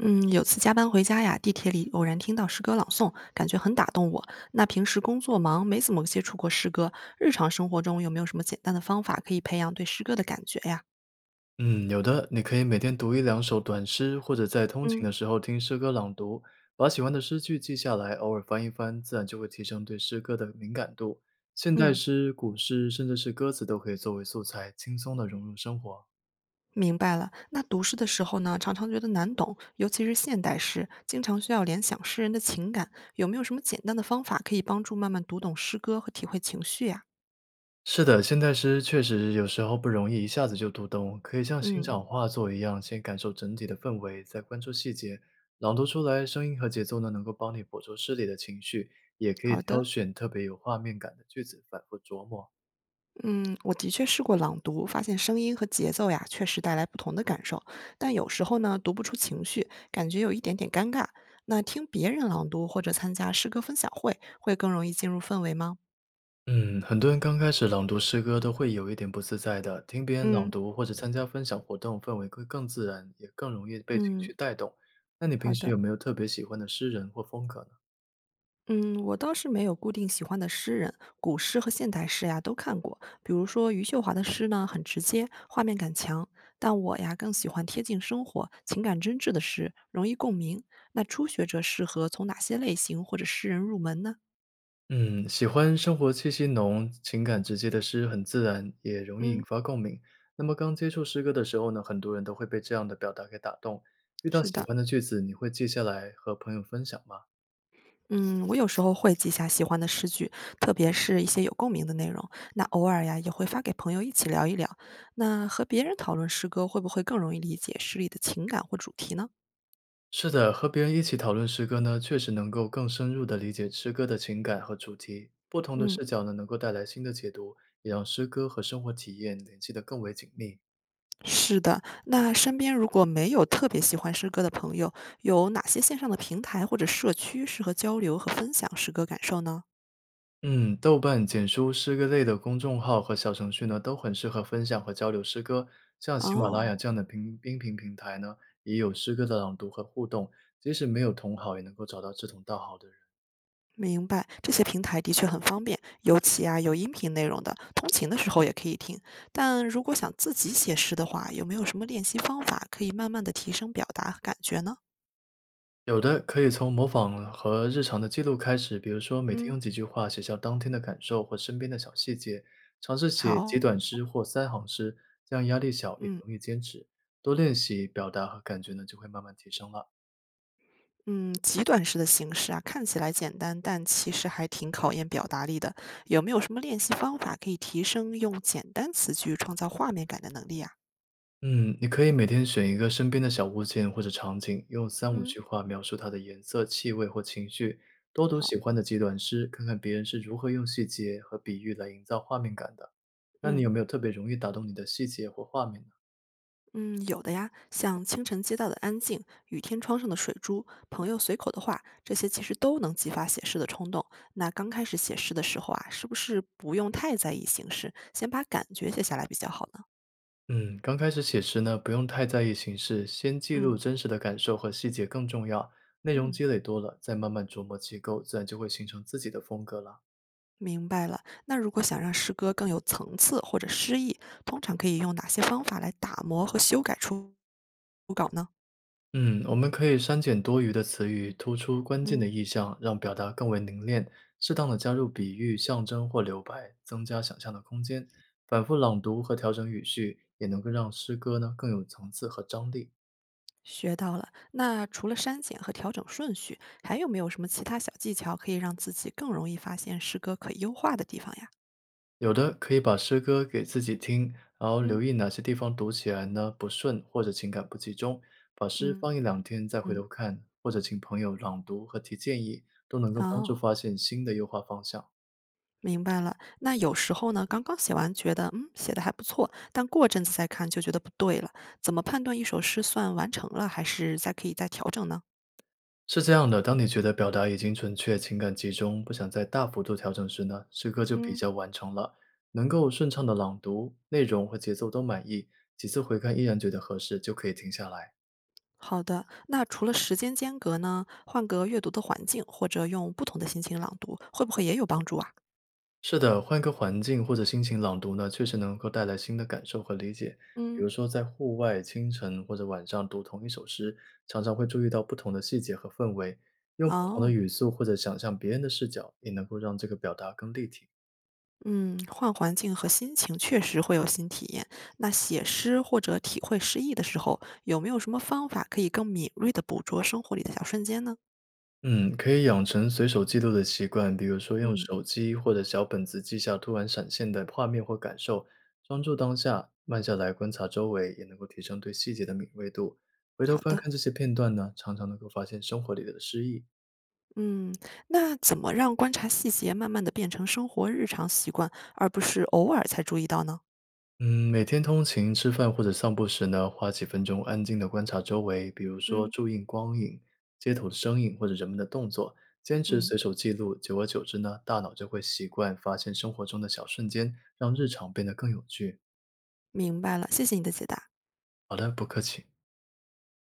嗯，有次加班回家呀，地铁里偶然听到诗歌朗诵，感觉很打动我。那平时工作忙，没怎么接触过诗歌，日常生活中有没有什么简单的方法可以培养对诗歌的感觉呀？嗯，有的，你可以每天读一两首短诗，或者在通勤嗯的时候听诗歌朗读，把喜欢的诗句记下来，偶尔翻一翻，自然就会提升对诗歌的敏感度。现代嗯，诗、古诗，甚至是歌词都可以作为素材，轻松地融入生活。明白了。那读诗的时候呢，常常觉得难懂，尤其是现代诗，经常需要联想诗人的情感。有没有什么简单的方法可以帮助慢慢读懂诗歌和体会情绪呀？是的，现代诗确实有时候不容易一下子就读懂，可以像欣嗯，赏画作一样，先感受整体的氛围，再关注细节。朗读出来，声音和节奏呢，能够帮你捕捉诗里的情绪，也可以好挑的。选特别有画面感的句子，反复琢磨。嗯，我的确试过朗读，发现声音和节奏呀，确实带来不同的感受。但有时候呢，读不出情绪，感觉有一点点尴尬。那听别人朗读或者参加诗歌分享会，会更容易进入氛围吗？嗯，很多人刚开始朗读诗歌都会有一点不自在的，听别人朗嗯读或者参加分享活动，氛围会更自然，也更容易被情嗯，绪带动。那你平好时的。有没有特别喜欢的诗人或风格呢？嗯，我倒是没有固定喜欢的诗人，古诗和现代诗呀都看过。比如说余秀华的诗呢，很直接，画面感强。但我呀更喜欢贴近生活、情感真挚的诗，容易共鸣。那初学者适合从哪些类型或者诗人入门呢？嗯，喜欢生活气息浓、情感直接的诗，很自然，也容易引嗯，发共鸣。那么刚接触诗歌的时候呢，很多人都会被这样的表达给打动。遇到是喜的。欢的句子，你会记下来和朋友分享吗？嗯，我有时候会记下喜欢的诗句，特别是一些有共鸣的内容。那偶尔呀，也会发给朋友一起聊一聊。那和别人讨论诗歌，会不会更容易理解诗里的情感或主题呢？是的，和别人一起讨论诗歌呢，确实能够更深入地理解诗歌的情感和主题。不同的嗯。视角呢，能够带来新的解读，也让诗歌和生活体验联系得更为紧密。是的，那身边如果没有特别喜欢诗歌的朋友，有哪些线上的平台或者社区适合交流和分享诗歌感受呢？嗯，豆瓣、简书、诗歌类的公众号和小程序呢，都很适合分享和交流诗歌。像喜马拉雅哦，这样的平音频平台呢，也有诗歌的朗读和互动，即使没有同好，也能够找到志同道合的人。明白，这些平台的确很方便，尤其啊有音频内容的，通勤的时候也可以听。但如果想自己写诗的话，有没有什么练习方法可以慢慢的提升表达和感觉呢？有的可以从模仿和日常的记录开始，比如说每天嗯，用几句话写下当天的感受或身边的小细节，尝试写简好，短诗或三行诗，这样压力小也嗯。容易坚持。多练习表达和感觉呢，就会慢慢提升了。嗯，极短式的形式啊，看起来简单，但其实还挺考验表达力的。有没有什么练习方法可以提升用简单词句创造画面感的能力啊？嗯，你可以每天选一个身边的小物件或者场景，用三五嗯，句话描述它的颜色、气味或情绪。多读喜好，欢的几短诗，看看别人是如何用细节和比喻来营造画面感的。那你有嗯没有特别容易打动你的细节或画面呢？嗯，有的呀，像清晨街道的安静、雨天窗上的水珠、朋友随口的话，这些其实都能激发写诗的冲动。那刚开始写诗的时候啊，是不是不用太在意形式，先把感觉写下来比较好呢？嗯，刚开始写诗呢，不用太在意形式，先记嗯录真实的感受和细节更重要。内容嗯。积累多了，再慢慢琢磨结构，自然就会形成自己的风格了。明白了。那如果想让诗歌更有层次或者诗意，通常可以用哪些方法来打磨和修改初稿呢？嗯，我们可以删减多余的词语，突出关键的嗯，意象，让表达更为凝练。适当的加入比喻、象征或留白，增加想象的空间。反复朗读和调整语序，也能够让诗歌呢更有层次和张力。学到了。那除了删减和调整顺序，还有没有什么其他小技巧可以让自己更容易发现诗歌可优化的地方呀？有的可以把诗歌给自己听，然后留嗯意哪些地方读起来呢不顺或者情感不集中，把诗放嗯一两天再回头嗯，看，或者请朋友朗读和提建议，都能够帮助哦，发现新的优化方向。明白了。那有时候呢，刚刚写完觉得写的还不错，但过阵子再看就觉得不对了。怎么判断一首诗算完成了，还是可以再调整呢？是这样的，当你觉得表达已经准确、情感集中，不想再大幅度调整时呢，诗歌就比嗯。较完成了，能够顺畅的朗读，内容和节奏都满意，几次回看依然觉得合适，就可以停下来。好的，那除了时间间隔呢，换个阅读的环境，或者用不同的心情朗读，会不会也有帮助啊？是的，换个环境或者心情朗读呢，确实能够带来新的感受和理解。比嗯，如说，在户外清晨或者晚上读同一首诗，常常会注意到不同的细节和氛围，用不同的哦，语速或者想象别人的视角，也能够让这个表达更立体。嗯，换环境和心情确实会有新体验。那写诗或者体会诗意的时候，有没有什么方法可以更敏锐地捕捉生活里的小瞬间呢？嗯，可以养成随手记录的习惯，比如说用嗯，手机或者小本子记下突然闪现的画面或感受，专注当下，慢下来观察周围，也能够提升对细节的敏锐度。回头好翻看的。这些片段呢，常常能够发现生活里的诗意。嗯，那怎么让观察细节慢慢地变成生活日常习惯，而不是偶尔才注意到呢？嗯，每天通勤、吃饭或者散步时呢，花几分钟安静的观察周围，比如说嗯注意光影、街头的声音或者人们的动作，坚持嗯，随手记录，久而久之呢，大脑就会习惯发现生活中的小瞬间，让日常变得更有趣。明白了，谢谢你的解答。好的，不客气。